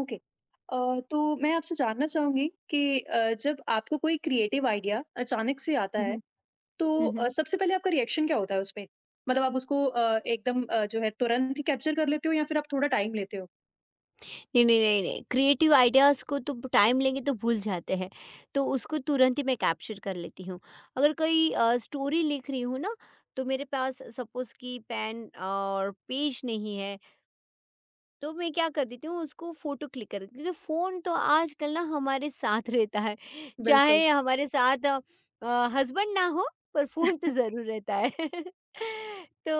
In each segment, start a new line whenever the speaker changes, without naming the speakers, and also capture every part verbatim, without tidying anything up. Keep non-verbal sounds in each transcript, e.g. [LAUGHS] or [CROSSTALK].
Okay. अ, तो मैं आपसे जानना चाहूँगी कि अ, जब आपको कोई क्रिएटिव आइडिया अचानक से आता
हुँ,
है,
हुँ।
तो
हुँ,
अ,
हुँ।
सबसे पहले आपका रिएक्शन क्या होता है उसपे? मतलब आप उसको अ, एकदम अ, जो है तुरंत ही कैप्चर कर लेते हो या फिर आप थोड़ा टाइम लेते हो?
नहीं, नहीं, नहीं, नहीं, क्रिएटिव आइडियाज़ को तो टाइम लेंगे तो भूल जाते हैं, तो उसको तुरंत ही मैं कैप्चर कर लेती हूँ। अगर कोई अ, स्टोरी लिख रही हूँ ना, तो मेरे पास सपोज़ कि पेन और पेज नहीं है, तो मैं क्या कर देती हूँ, उसको फ़ोटो क्लिक कर, क्योंकि फ़ोन तो आजकल ना हमारे साथ [LAUGHS] रहता है।
बिल्कुल।
चाहे हमारे साथ अ, हस्बैंड ना हो, पर फ़ोन तो ज़रूर रहता है। [LAUGHS] तो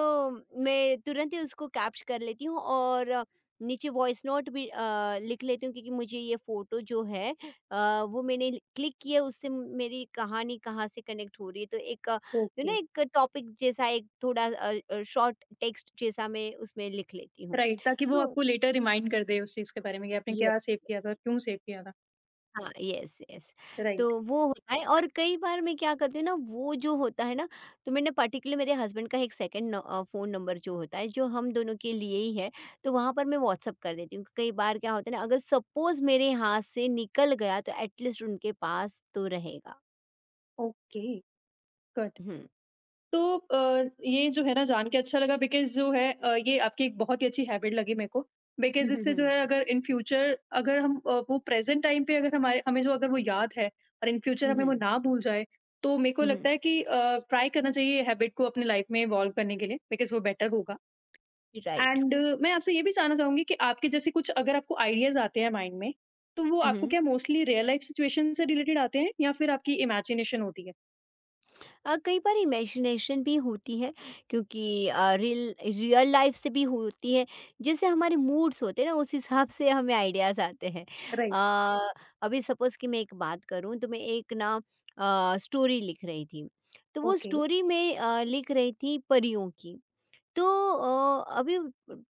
मैं तुरंत ही उसको कैप्च कर लेती हूँ, और अ, नीचे वॉइस नोट भी अ, लिख लेती हूँ, क्योंकि मुझे ये फ़ोटो जो है अ, वो मैंने क्लिक किया, उससे मेरी कहानी कहाँ से कनेक्ट हो रही है। तो एक यू
ओके,
नो एक टॉपिक जैसा, एक थोड़ा अ अ, शॉर्ट टेक्स्ट जैसा मैं उसमें लिख लेती हूँ।
राइट ताकि वो
तो
आपको लेटर रिमाइंड कर दे उस चीज़ के बारे में कि आपने
ये।
क्या
[LAUGHS]
सेव किया था और क्यों सेव किया था।
हाँ, यस, यस। तो
राइट,
वो होता है, और कई बार मैं क्या करती हूँ ना, वो जो होता है ना, तो मैंने पर्टिकुलर मेरे हस्बैंड का एक सेकंड फ़ोन नंबर जो होता है, जो हम दोनों के लिए ही है, तो वहाँ पर मैं व्हाट्सअप कर देती हूँ। कई बार क्या होता है ना, अगर सपोज़ मेरे हाथ से निकल गया, तो एटलीस्ट उनके पास तो रहेगा।
Okay, good.
हुँ,
तो अ, ये जो है ना जान के अच्छा लगा बिकॉज़ जो है अ, ये आपकी एक बहुत ही अच्छी हैबिट लगी मेरे को।
हुँ,
बिकॉज़
हुँ,
इससे जो
हुँ,
है अगर इन फ्यूचर अगर हम अ, वो प्रेज़ेंट टाइम पे अगर हमारे हमें जो अगर वो याद है और इन फ्यूचर हमें
हुँ,
वो ना भूल जाए, तो मेरे को
हुँ,
लगता है कि अ, ट्राई करना चाहिए ये हैबिट को अपनी लाइफ़ में इवॉल्व करने के लिए बिकॉज़ वो बेटर होगा।
राइट।
एंड मैं आपसे ये भी जानना चाहूँगी कि आपके जैसे कुछ अगर आपको आइडियाज़ आते हैं माइंड में, तो वो आपको
हुँ।
क्या
[LAUGHS]
मोस्टली रियल लाइफ़ सिचुएशन से रिलेटेड आते हैं या फिर आपकी इमेजिनेशन होती है?
अ, कई बार इमेजिनेशन भी होती है, क्योंकि अ, रियल रियल लाइफ से भी होती है। जैसे हमारे मूड्स होते हैं ना, उस हिसाब से हमें आइडियाज़ आते हैं।
राइट,
अ, अभी सपोज़ कि मैं एक बात करूँ, तो मैं एक ना अ, स्टोरी लिख रही थी। तो वो
ओके,
स्टोरी में अ, लिख रही थी परियों की। तो अ, अभी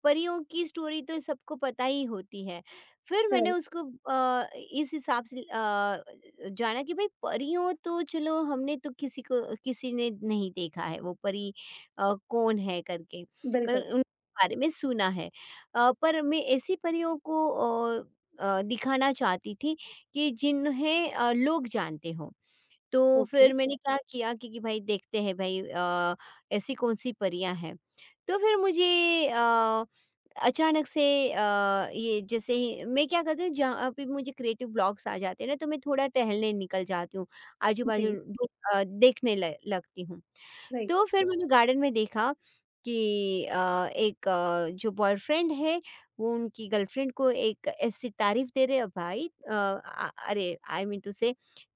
परियों की स्टोरी तो सबको पता ही होती है। फिर मैंने
राइट,
उसको अ, इस हिसाब से अ, जाना कि भाई, परियों तो चलो, हमने तो किसी को, किसी ने नहीं देखा है वो परी अ, कौन है करके, पर
बिल्कुल,
उनके बारे में सुना है। अ, पर मैं ऐसी परियों को अ अ, दिखाना चाहती थी, कि जिन्हें अ, लोग जानते हों। तो
ओके।
फिर मैंने क्या किया कि, कि भाई देखते हैं भाई, अ, ऐसी कौन-सी परियाँ हैं। तो फिर मुझे अ, अचानक से अ, ये, जैसे ही मैं क्या करती हूँ, जहाँ पे मुझे क्रिएटिव ब्लॉक्स आ जाते हैं ना, तो मैं थोड़ा टहलने निकल जाती हूँ, आजू-बाजू
जी,
ढूँ अ, देखने ल लगती हूँ।
राइट,
तो फिर मैंने गार्डन में देखा, कि अ, एक अ, जो बॉयफ्रेंड है, वो उनकी गर्लफ्रेंड को एक ऐसी तारीफ दे रहे हैं, भाई अ, आ- अरे आई मीन टू से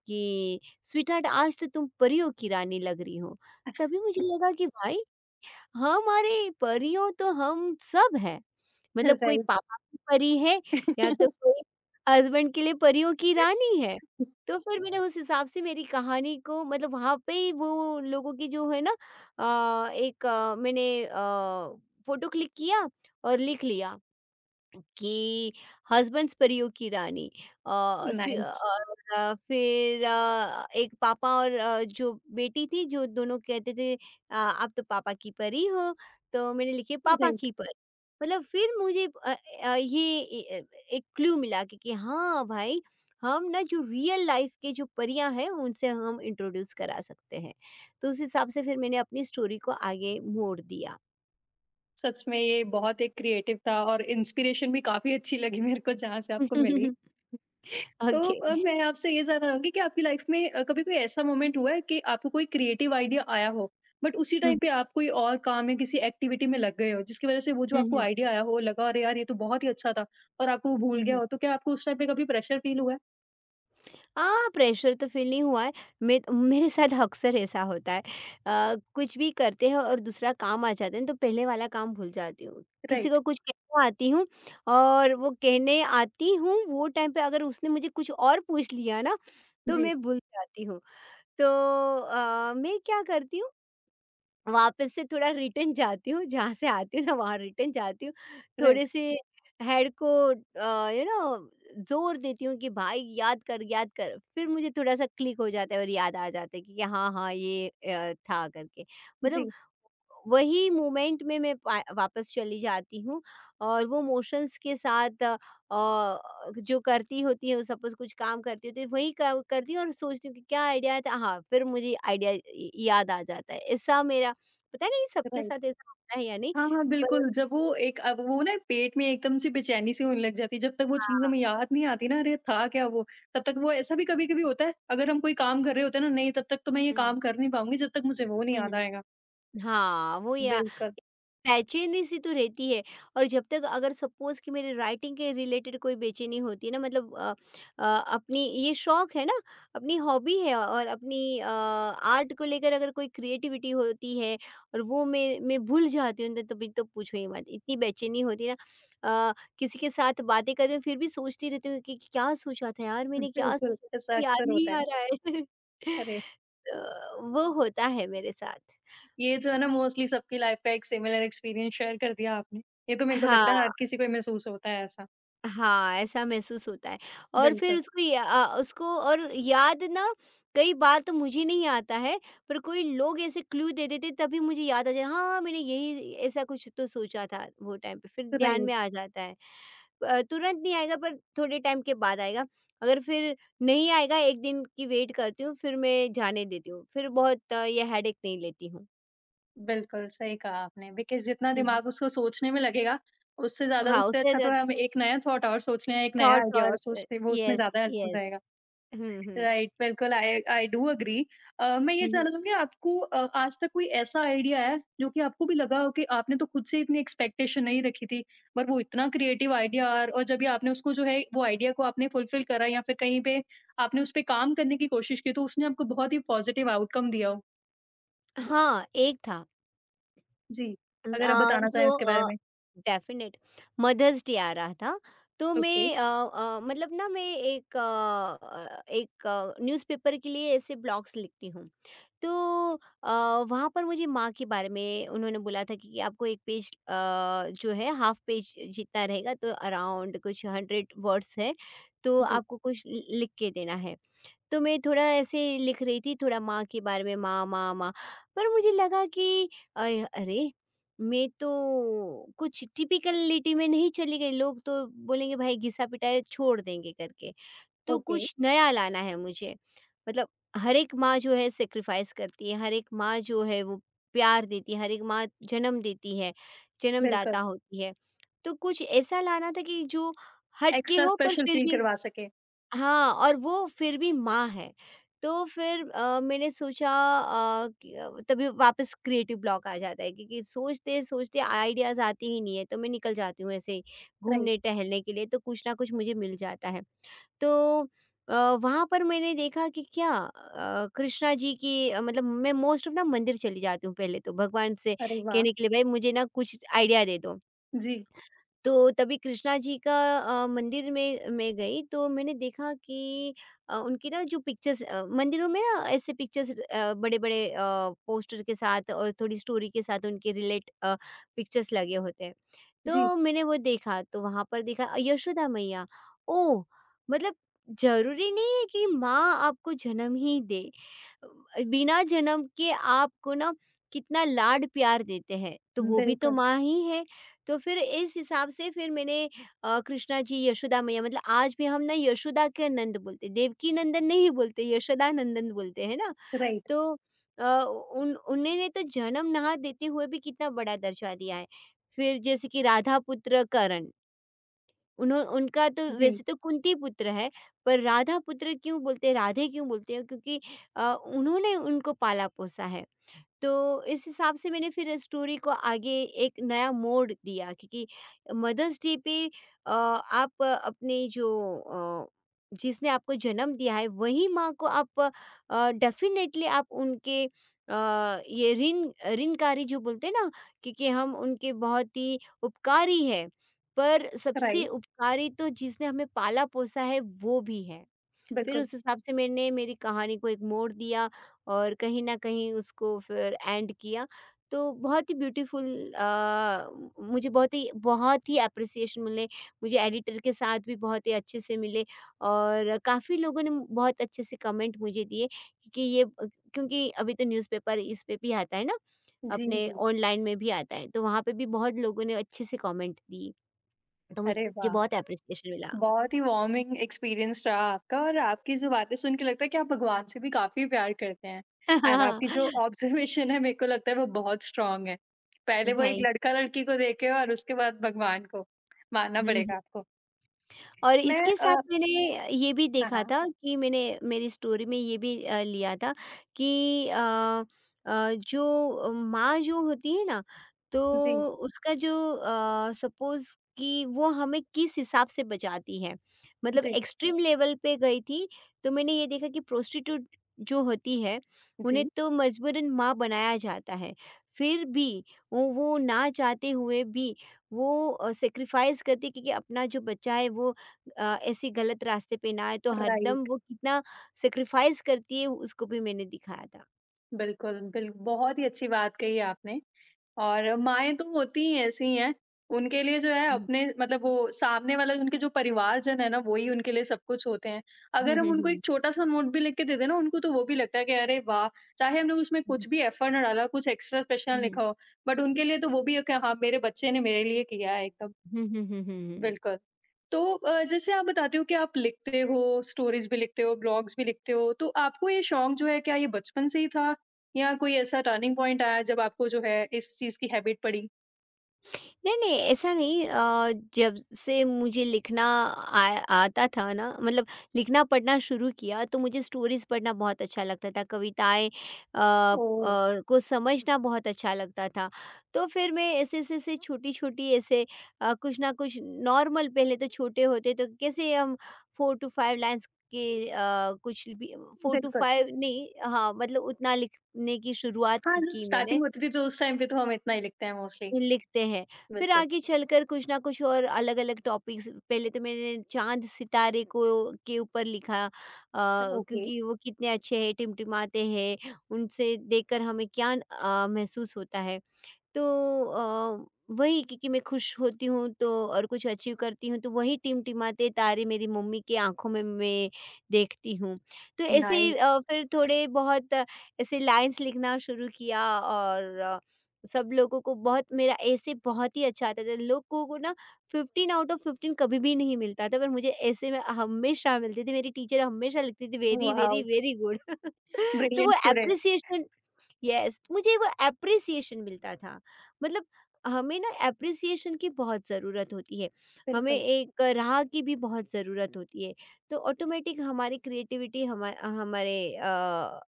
कि स्वीटहार्ट, आज तो तुम परियों की रानी लग रही हो। तभी मुझे लगा कि भाई, हमारे परियों तो हम सब हैं। मतलब कोई
राइट।
पापा की परी है, या तो कोई हस्बैंड के लिए परियों की रानी है। तो फिर मैंने उस हिसाब से मेरी कहानी को, मतलब वहाँ पे ही वो लोगों की जो है ना, अ, एक अ, मैंने अ, फ़ोटो क्लिक किया और लिख लिया। कि हस्बैंड्स परियों की रानी, अ, स्वी अ,
नाइस,
और अ, फिर अ, एक पापा और अ, जो बेटी थी, जो दोनों कहते थे, "आ, आप तो पापा की परी हो।" तो मैंने लिखे पापा
राइट।
की
[LAUGHS]
परी। मतलब फिर मुझे अ, अ, ये ए- एक क्लू मिला कि, कि हाँ भाई, हम ना जो रियल लाइफ के जो परियां हैं, उनसे हम इंट्रोड्यूस करा सकते हैं। तो उस हिसाब से फिर मैंने अपनी स्टोरी को आगे मोड़ दिया।
सच में ये बहुत एक क्रिएटिव था और इंस्पिरेशन भी काफ़ी अच्छी लगी मेरे को जहाँ से आपको मिली।
[LAUGHS]
तो
ओके।
अ, मैं आपसे ये जानना चाहूँगी कि आपकी लाइफ़ में अ, कभी कोई ऐसा मोमेंट हुआ है कि आपको कोई क्रिएटिव आइडिया आया हो, बट उसी टाइम पे आप कोई और काम या किसी एक्टिविटी में लग गए हो, जिसकी वज़ह से वो जो आपको
[LAUGHS]
आइडिया आया हो, लगा अरे यार ये तो बहुत ही अच्छा था और आपको वो भूल गया हो, तो क्या आपको उस टाइम पे कभी प्रेशर फ़ील हुआ है?
हाँ, प्रेशर तो फ़ील नहीं हुआ है। मे मेरे साथ अक्सर ऐसा होता है। अ, कुछ भी करते हैं और दूसरा काम आ जाता है, तो पहले वाला काम भूल जाती हूँ। किसी
राइट,
को कुछ कहने आती हूँ, और वो कहने आती हूँ, वो टाइम पे अगर उसने मुझे कुछ और पूछ लिया ना, तो
जी,
मैं भूल जाती हूँ। तो अ, मैं क्या करती हूँ, वापस से थोड़ा रिटर्न जाती हूँ, जहाँ से आती हूँ ना वहाँ रिटर्न जाती हूँ। थोड़े
राइट,
से हेड को अ, यू नो ज़ोर देती हूँ कि भाई याद कर, याद कर। फिर मुझे थोड़ा-सा क्लिक हो जाता है और याद आ जाता है कि हाँ, हाँ ये अ, था करके। मतलब
जी,
वही मोमेंट में मैं पा वापस चली जाती हूँ और वो मोशंस के साथ अ, अ, जो करती होती हूँ, सपोज़ कुछ काम करती होती हूँ, वही क करती हूँ और सोचती हूँ कि क्या आइडिया था? हाँ, फिर मुझे आइडिया य याद आ जाता है। ऐसा मेरा, पता नहीं सबके
राइट।
साथ ऐसा होता है या नहीं,
हाँ, हाँ,
पर
बिल्कुल, जब वो एक अब वो ना पेट में एकदम से बेचैनी सी होने लग जाती है, जब तक वो चीज़
हाँ।
हमें याद नहीं आती ना, अरे था क्या वो? तब तक वो ऐसा भी कभी-कभी होता है, अगर हम कोई काम कर रहे होते हैं ना, नहीं तब तक तो मैं ये
हुँ,
काम कर नहीं पाऊँगी, जब तक मुझे वो नहीं
हुँ, हुँ,
याद आएगा।
हुँ। हाँ, वो ये
बिल्कुल,
बेचैनी सी तो रहती है। और जब तक, अगर सपोज़ कि मेरे राइटिंग के रिलेटेड कोई बेचैनी होती है ना, मतलब अ अ, अपनी ये शौक है ना, अपनी हॉबी है, और अपनी अ, आर्ट को लेकर अगर कोई क्रिएटिविटी होती है, और वो मैं मैं भूल जाती हूँ, तो तभी तो पूछो ही मत। इतनी बेचैनी होती है ना, अ, किसी के साथ बातें करती हूँ, फिर भी सोचती रहती हूँ कि क्या सोचा था, यार मैंने क्या सोचा
बिल्कुल,
था?
ऐसा
क्यों याद
अक्सर होता
नहीं
है।
आ रहा है? [LAUGHS]
अरे!
तो वो होता है मेरे साथ।
ये जो है ना मोस्टली सबकी लाइफ़ का एक सिमिलर एक्सपीरियंस शेयर कर दिया आपने। ये तो मेरे को लगता
हाँ।
है हर किसी को ही महसूस होता है ऐसा।
हाँ, ऐसा महसूस होता है। और फिर
बिल्कुल,
उसको, या अ, उसको और याद ना, कई बार तो मुझे नहीं आता है, पर कोई लोग ऐसे क्लू दे देते तभी मुझे याद आ जाए, हाँ, मैंने यही ऐसा कुछ तो सोचा था वो टाइम पे, फिर ध्यान
बताइए।
में आ जाता है। अ, तुरंत नहीं आएगा, पर थोड़े टाइम के बाद आएगा, अगर फिर नहीं आएगा, एक दिन की वेट करती हूँ, फिर मैं जाने देती हूँ, फिर बहुत अ, ये हेडेक नहीं लेती हूँ।
बिल्कुल, सही कहा आपने बिकॉज़ जितना
हुँ, हुँ।
दिमाग उसको सोचने में लगेगा, उससे ज़्यादा
हाँ,
उससे
उससे
अच्छा तो
ज़्यादा
हम एक नया थॉट और सोच लें, एक नया
थॉट्स
आइडिया
और
और सोच
स
लें, वो उसमें
यस,
ज़्यादा हेल्पफुल
यस।
रहेगा।
हुँ,
राइट, बिल्कुल आई आई डू एग्री। अ, मैं ये
हुँ।
जानना चाहूँगी आपको अ, आज तक कोई ऐसा आइडिया है, जो कि आपको भी लगा हो कि आपने तो खुद से इतनी एक्सपेक्टेशन नहीं रखी थी, पर वो इतना क्रिएटिव आइडिया और और जब भी आपने उसको जो है वो आइडिया को आपने फुलफ़िल करा या फिर कहीं पे आपने उस पे काम करने की कोशिश की, तो उसने आपको बहुत ही पॉज़िटिव आउटकम दिया हो?
हाँ, एक था,
जी,
उम,
अगर आप
अ,
बताना चाहें
जो
उसके बारे
अ,
में?
डेफ़िनेट मदर्स डे आ रहा था, तो
ओके।
मैं अ अ, मतलब ना मैं एक अ, एक न्यूज़पेपर के लिए ऐसे ब्लॉग्स लिखती हूँ। तो अ, वहाँ पर मुझे माँ के बारे में उन्होंने बोला था कि आपको एक पेज अ, जो है, हाफ़ पेज जितना रहेगा, तो अराउंड कुछ सौ वर्ड्स है, तो
जी,
आपको कुछ लि लिख के देना है। तो मैं थोड़ा ऐसे लिख रही थी, थोड़ा माँ के बारे में, माँ माँ माँ, पर मुझे लगा कि अय अरे! मैं तो कुछ टिपिकलिटी में नहीं चली गई, लोग तो बोलेंगे भाई, घिसा-पिटाई छोड़ देंगे करके। तो
ओके,
कुछ नया लाना है मुझे। मतलब हर एक माँ जो है सैक्रिफाइस करती है, हर एक माँ जो है वो प्यार देती है, हर एक माँ जन्म देती है,
बिल्कुल,
जन्मदाता होती है। तो कुछ ऐसा लाना था कि जो हट के
एक्स्ट्रा
हो, पर
स्पेशल
फिर
फ़ील
भी
करवा सकें,
हाँ, और वो फिर भी माँ है। तो फिर अ, मैंने सोचा अ, कि अ, तभी वापस क्रिएटिव ब्लॉक आ जाता है, क्योंकि सोचते-सोचते आइडियाज़ आते ही नहीं है, तो मैं निकल जाती हूँ ऐसे ही
राइट,
घूमने टहलने के लिए, तो कुछ ना कुछ मुझे मिल जाता है। तो अ, वहाँ पर मैंने देखा कि क्या अ, कृष्णा जी की अ, मतलब मैं मोस्ट ऑफ ना मंदिर चली जाती हूँ पहले, तो भगवान से
अरे वाह!
कहने के लिए, "भई मुझे ना कुछ आइडिया दे दो।"
जी,
तो तभी कृष्णा जी का अ, मंदिर में मैं गई, तो मैंने देखा कि अ, उनकी ना जो पिक्चर्स अ, मंदिरों में ना, ऐसे पिक्चर्स अ, बड़े-बड़े अ, पोस्टर के साथ और थोड़ी स्टोरी के साथ उनके रिलेट अ, पिक्चर्स लगे होते हैं।
जी,
तो मैंने वो देखा, तो वहाँ पर देखा अ, यशोदा मैया। ओह! मतलब ज़रूरी नहीं है कि माँ आपको जन्म ही दे। बिना जन्म के आपको ना कितना लाड प्यार देते हैं, तो वो भी तो
बिल्कुल,
माँ ही है। तो फिर इस हिसाब से फिर मैंने अ, कृष्णा जी, यशोदा मैया, मतलब आज भी हम ना यशोदा के नंद बोलते हैं, देवकी नंदन नहीं बोलते, यशोदा नंदन बोलते हैं ना।
राइट,
तो अ, उन उन्होंने तो जन्म ना देते हुए भी कितना बड़ा दर्जा दिया है। फिर जैसे कि राधा पुत्र करण, उन्हों उनका तो
जी,
वैसे तो कुंती पुत्र है, पर राधा पुत्र क्यों बोलते हैं, राधे क्यों बोलते हैं? क्योंकि अ, उन्होंने उनको पाला-पोसा है। तो इस हिसाब से मैंने फिर स्टोरी को आगे एक नया मोड़ दिया। क्योंकि मदर्स डे पे, अ, आप अपने जो अ, जिसने आपको जन्म दिया है वही माँ को आप डेफिनेटली आप उनके अ, ये ऋण ऋणकारी जो बोलते हैं ना। क्योंकि हम उनके बहुत ही उपकारी है, पर सबसे
राइट,
उपकारी तो जिसने हमें पाला पोसा है वो भी है। फिर
बिल्कुल,
उस हिसाब से मैंने मेरी कहानी को एक मोड़ दिया और कहीं न कहीं उसको फिर एंड किया। तो बहुत ही ब्यूटीफुल, अ, मुझे बहुत ही बहुत ही एप्रिसिएशन मिले, मुझे एडिटर के साथ भी बहुत ही अच्छे से मिले और काफ़ी लोगों ने बहुत अच्छे से कमेंट मुझे दिए कि ये, क्योंकि अभी तो न्यूज़पेपर इस पे भी आता है ना,
जी,
अपने
जी,
ऑनलाइन में भी आता है, तो वहाँ पे भी बहुत लोगों ने अच्छे से कमेंट दिए। तो
अरे
मुझे
वाह!
बहुत एप्रिसिएशन मिला।
बहुत ही वार्मिंग एक्सपीरियंस रहा आपका और आपकी जो बातें सुन के लगता है कि आप भगवान से भी काफ़ी प्यार करते हैं। एंड आपकी जो
[LAUGHS]
ऑब्ज़र्वेशन है, मेरे को लगता है वो बहुत स्ट्रॉन्ग है। पहले वो एक
थैंक
लड़का-लड़की को देखे और उसके बाद भगवान को, मानना
हुँ।
पड़ेगा आपको।
और
मैं
इसके
अ,
साथ मैंने ये भी
हाँ,
देखा
हाँ,
था कि मैंने मेरी स्टोरी में ये भी अ, लिया था कि अ अ, जो माँ जो होती है ना, तो
जी,
उसका जो सपोज कि वो हमें किस हिसाब से बचाती है, मतलब
जी,
एक्सट्रीम लेवल पे गई थी। तो मैंने ये देखा कि प्रोस्टिट्यूट जो होती है उन्हें
जी,
तो मजबूरन माँ बनाया जाता है। फिर भी वो वो ना चाहते हुए भी वो सेक्रीफाइस करती, क्योंकि अपना जो बच्चा है वो अ, ऐसे गलत रास्ते पे ना आए, तो हरदम
राइट।
वो कितना सैक्रिफाइस करती है उसको भी मैंने दिखाया था।
बिल्कुल, बिल बहुत ही अच्छी बात कही आपने और माएँ तो होती ही ऐसी ही हैं। उनके लिए जो है
हुँ,
अपने मतलब वो सामने वाला उनके जो परिवारजन है ना, वो ही उनके लिए सब कुछ होते हैं।
हुँ,
अगर हम
हुँ,
उनको एक
हुँ।
छोटा-सा नोट भी लिख के दे दें ना, उनको तो वो भी लगता है कि अरे वाह! चाहे हमने उसमें
हुँ,
कुछ भी एफर्ट ना डाला हो, कुछ एक्स्ट्रा स्पेशल ना
हुँ, हुँ,
लिखा हो, बट उनके लिए तो वो भी है कि हाँ, मेरे बच्चे ने मेरे लिए किया है एकदम।
हुँ, हुँ, हुँ, हुँ, हुँ।
बिल्कुल। तो अ, जैसे आप बताते हो कि आप लिखते हो, स्टोरीज़ भी लिखते हो, ब्लॉग्स भी लिखते हो, तो आपको ये शौक जो है क्या ये बचपन से ही था? या कोई ऐसा टर्निंग पॉइंट आया जब आपको जो है इस चीज़ की हैबिट पड़ी?
नहीं, नहीं ऐसा नहीं, अ, जब से मुझे लिखना आ, आता था ना, मतलब लिखना पढ़ना शुरू किया, तो मुझे स्टोरीज पढ़ना बहुत अच्छा लगता था। कविताएं अ,
ओह!
अ, को समझना बहुत अच्छा लगता था। तो फिर मैं ऐसे ऐसे ऐसे छोटी छोटी ऐसे अ, कुछ ना कुछ नॉर्मल, पहले तो छोटे होते तो कैसे हम फोर टू फाइव लाइन्स के अ, कुछ भी, फोर टू
बिल्कुल।
फाइव नहीं, हाँ, मतलब उतना लिखने की शुरुआत
हाँ, जब
की
स्टार्टिंग
मैंने
होती थी तो उस टाइम पे तो हम इतना ही लिखते हैं मोस्टली।
लिखते हैं। फिर
बिल्कुल।
आगे चलकर कुछ ना कुछ और अलग-अलग टॉपिक्स, पहले तो मैंने चाँद सितारे को के ऊपर लिखा, अ,
ओके,
क्योंकि वो कितने अच्छे हैं, टिमटिमाते हैं, उनसे देखकर हमें क्या अ, महसूस होता है। तो अ, वही, क्योंकि मैं खुश होती हूँ तो और कुछ अचीव करती हूँ तो वही टिमटिमाते तारे मेरी मम्मी की आँखों में मैं देखती हूँ। तो ऐसे ही
नाइस,
अ, फिर थोड़े बहुत अ, ऐसे लाइन्स लिखना शुरू किया। और अ, सब लोगों को बहुत मेरा ऐसे बहुत ही अच्छा आता था। लोगों को ना फ़िफ़्टीन आउट ऑफ फ़िफ़्टीन कभी भी नहीं मिलता था, पर मुझे ऐसे में हमेशा मिलती थी। मेरी टीचर हमेशा लिखती थी very, very,
wow!
Very good. [LAUGHS] तो वो
ब्रिलियंट स्टूडेंट।
एप्रिसिएशन, यस, मुझे वो एप्रिसिएशन मिलता था। मतलब हमें ना एप्रिसिएशन की बहुत ज़रूरत होती है, हमें
बिल्कुल।
एक राह की भी बहुत ज़रूरत होती है। तो ऑटोमेटिक हमारी क्रिएटिविटी हमा हमारे अ,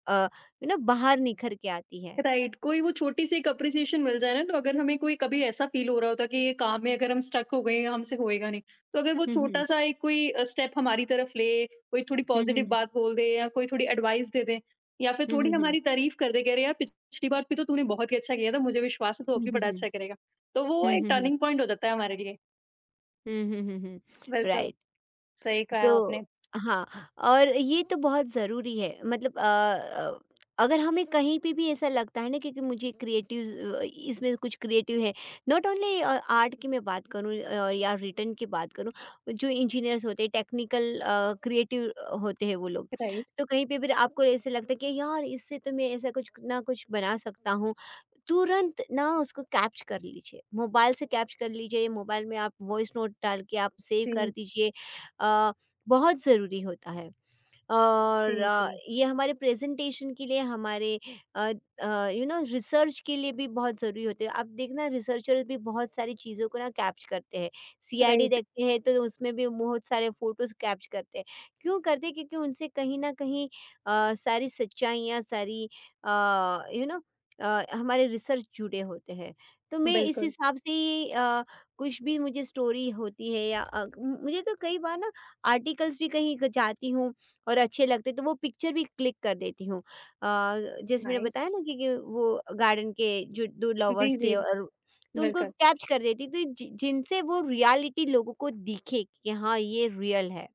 अ, ना बाहर निखर के आती है।
राइट, कोई वो छोटी सी एक अप्रिसिएशन मिल जाए ना तो अगर हमें कोई कभी ऐसा फील हो रहा होता कि ये काम में अगर हम स्टक हो गए हैं, हमसे होएगा नहीं तो अगर वो छोटा
हम्म
सा एक कोई स्टेप हमारी तरफ ले कोई थोड़ी
हम्म
पॉजिटिव
हम्म
बात बोल दे या कोई थोड़ी एडवाइस दे दे या फिर
हम्म
थोड़ी
हम्म
हमारी तारीफ कर दे कह रहे यार पिछली बार भी तो तूने बहुत ही अच्छा किया था, मुझे विश्वास है तू अब
हम्म
भी
हम्म
बड़ा
हम्म
अच्छा करेगा, तो वो
हम्म हम्म
एक
हम्म हम्म हम्म
टर्निंग पॉइंट हो जाता है हमारे लिए।
हम्म, हम्म, हम्म, हम्म।
बिल्कुल,
राइट।
सही कहा आपने।
तो हाँ, और ये तो बहुत ज़रूरी है। मतलब अ अ, अगर हमें कहीं पे भी ऐसा लगता है ना, क्योंकि मुझे क्रिएटिव, अ, इसमें कुछ क्रिएटिव है, नॉट ओनली अ, आर्ट की मैं बात करूँ, अ, या रिटर्न की बात करूँ, जो इंजीनियर्स होते हैं टेक्निकल, अ, क्रिएटिव अ, होते हैं वो लोग।
राइट,
तो कहीं पे भी आपको ऐसे लगता है कि यार इससे तो मैं ऐसा कुछ ना कुछ बना सकता हूँ, तुरंत ना उसको कैप्च कर लीजिए, मोबाइल से कैप्च कर लीजिए, मोबाइल में आप वॉइस नोट डाल के आप सेव
जी,
कर दीजिए। अ, बहुत ज़रूरी होता है। और
जी,
अ,
जी,
ये हमारे प्रेजेंटेशन के लिए, हमारे यू नो रिसर्च के लिए भी बहुत ज़रूरी होते हैं। आप देखना, रिसर्चर भी बहुत सारी चीज़ों को ना कैप्च करते हैं। सीआईडी
राइट,
देखते हैं तो उसमें भी बहुत सारे फोटोज कैप्च करते हैं। क्यों करते हैं? क्योंकि उनसे कहीं ना कहीं अ, सारी सच्चाइयाँ, सारी, यू नो, हमारे रिसर्च जुड़े होते हैं। तो मैं इस
बिल्कुल,
हिसाब से ही अ, कुछ भी मुझे स्टोरी होती है या अ, मुझे तो कई बार ना आर्टिकल्स भी कहीं ग- जाती हूँ और अच्छे लगते तो वो पिक्चर भी क्लिक कर देती हूँ। अ, जैसे मैंने
नाइस,
बताया ना कि कि वो गार्डन के जो दो
जी,
लवर्स
जी,
थे और तो उनको
बिल्कुल,
कैप्च कर देती तो जि जिनसे वो रियलिटी लोगों को दिखे कि हाँ, ये रियल है।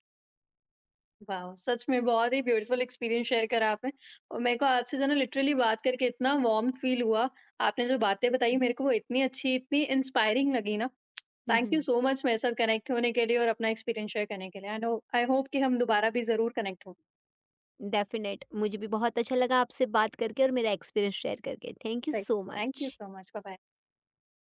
वाह! सच में बहुत ही ब्यूटीफुल एक्सपीरियंस शेयर करा आपने और मेरे को आपसे जो है ना लिटरली बात करके इतना वार्म फील हुआ। आपने जो बातें बताई मेरे को वो इतनी अच्छी, इतनी इंस्पायरिंग लगी ना।
Hmm,
thank you
hmm.
So much मेरे साथ कनेक्ट होने के लिए और अपना एक्सपीरियंस शेयर करने के लिए। एंड आई होप कि हम दोबारा भी ज़रूर कनेक्ट हों।
डेफ़िनेट मुझे भी बहुत अच्छा लगा आपसे बात करके और मेरा एक्सपीरियंस शेयर करके। Thank you
right,
so
thank you
much.
So much. Bye bye.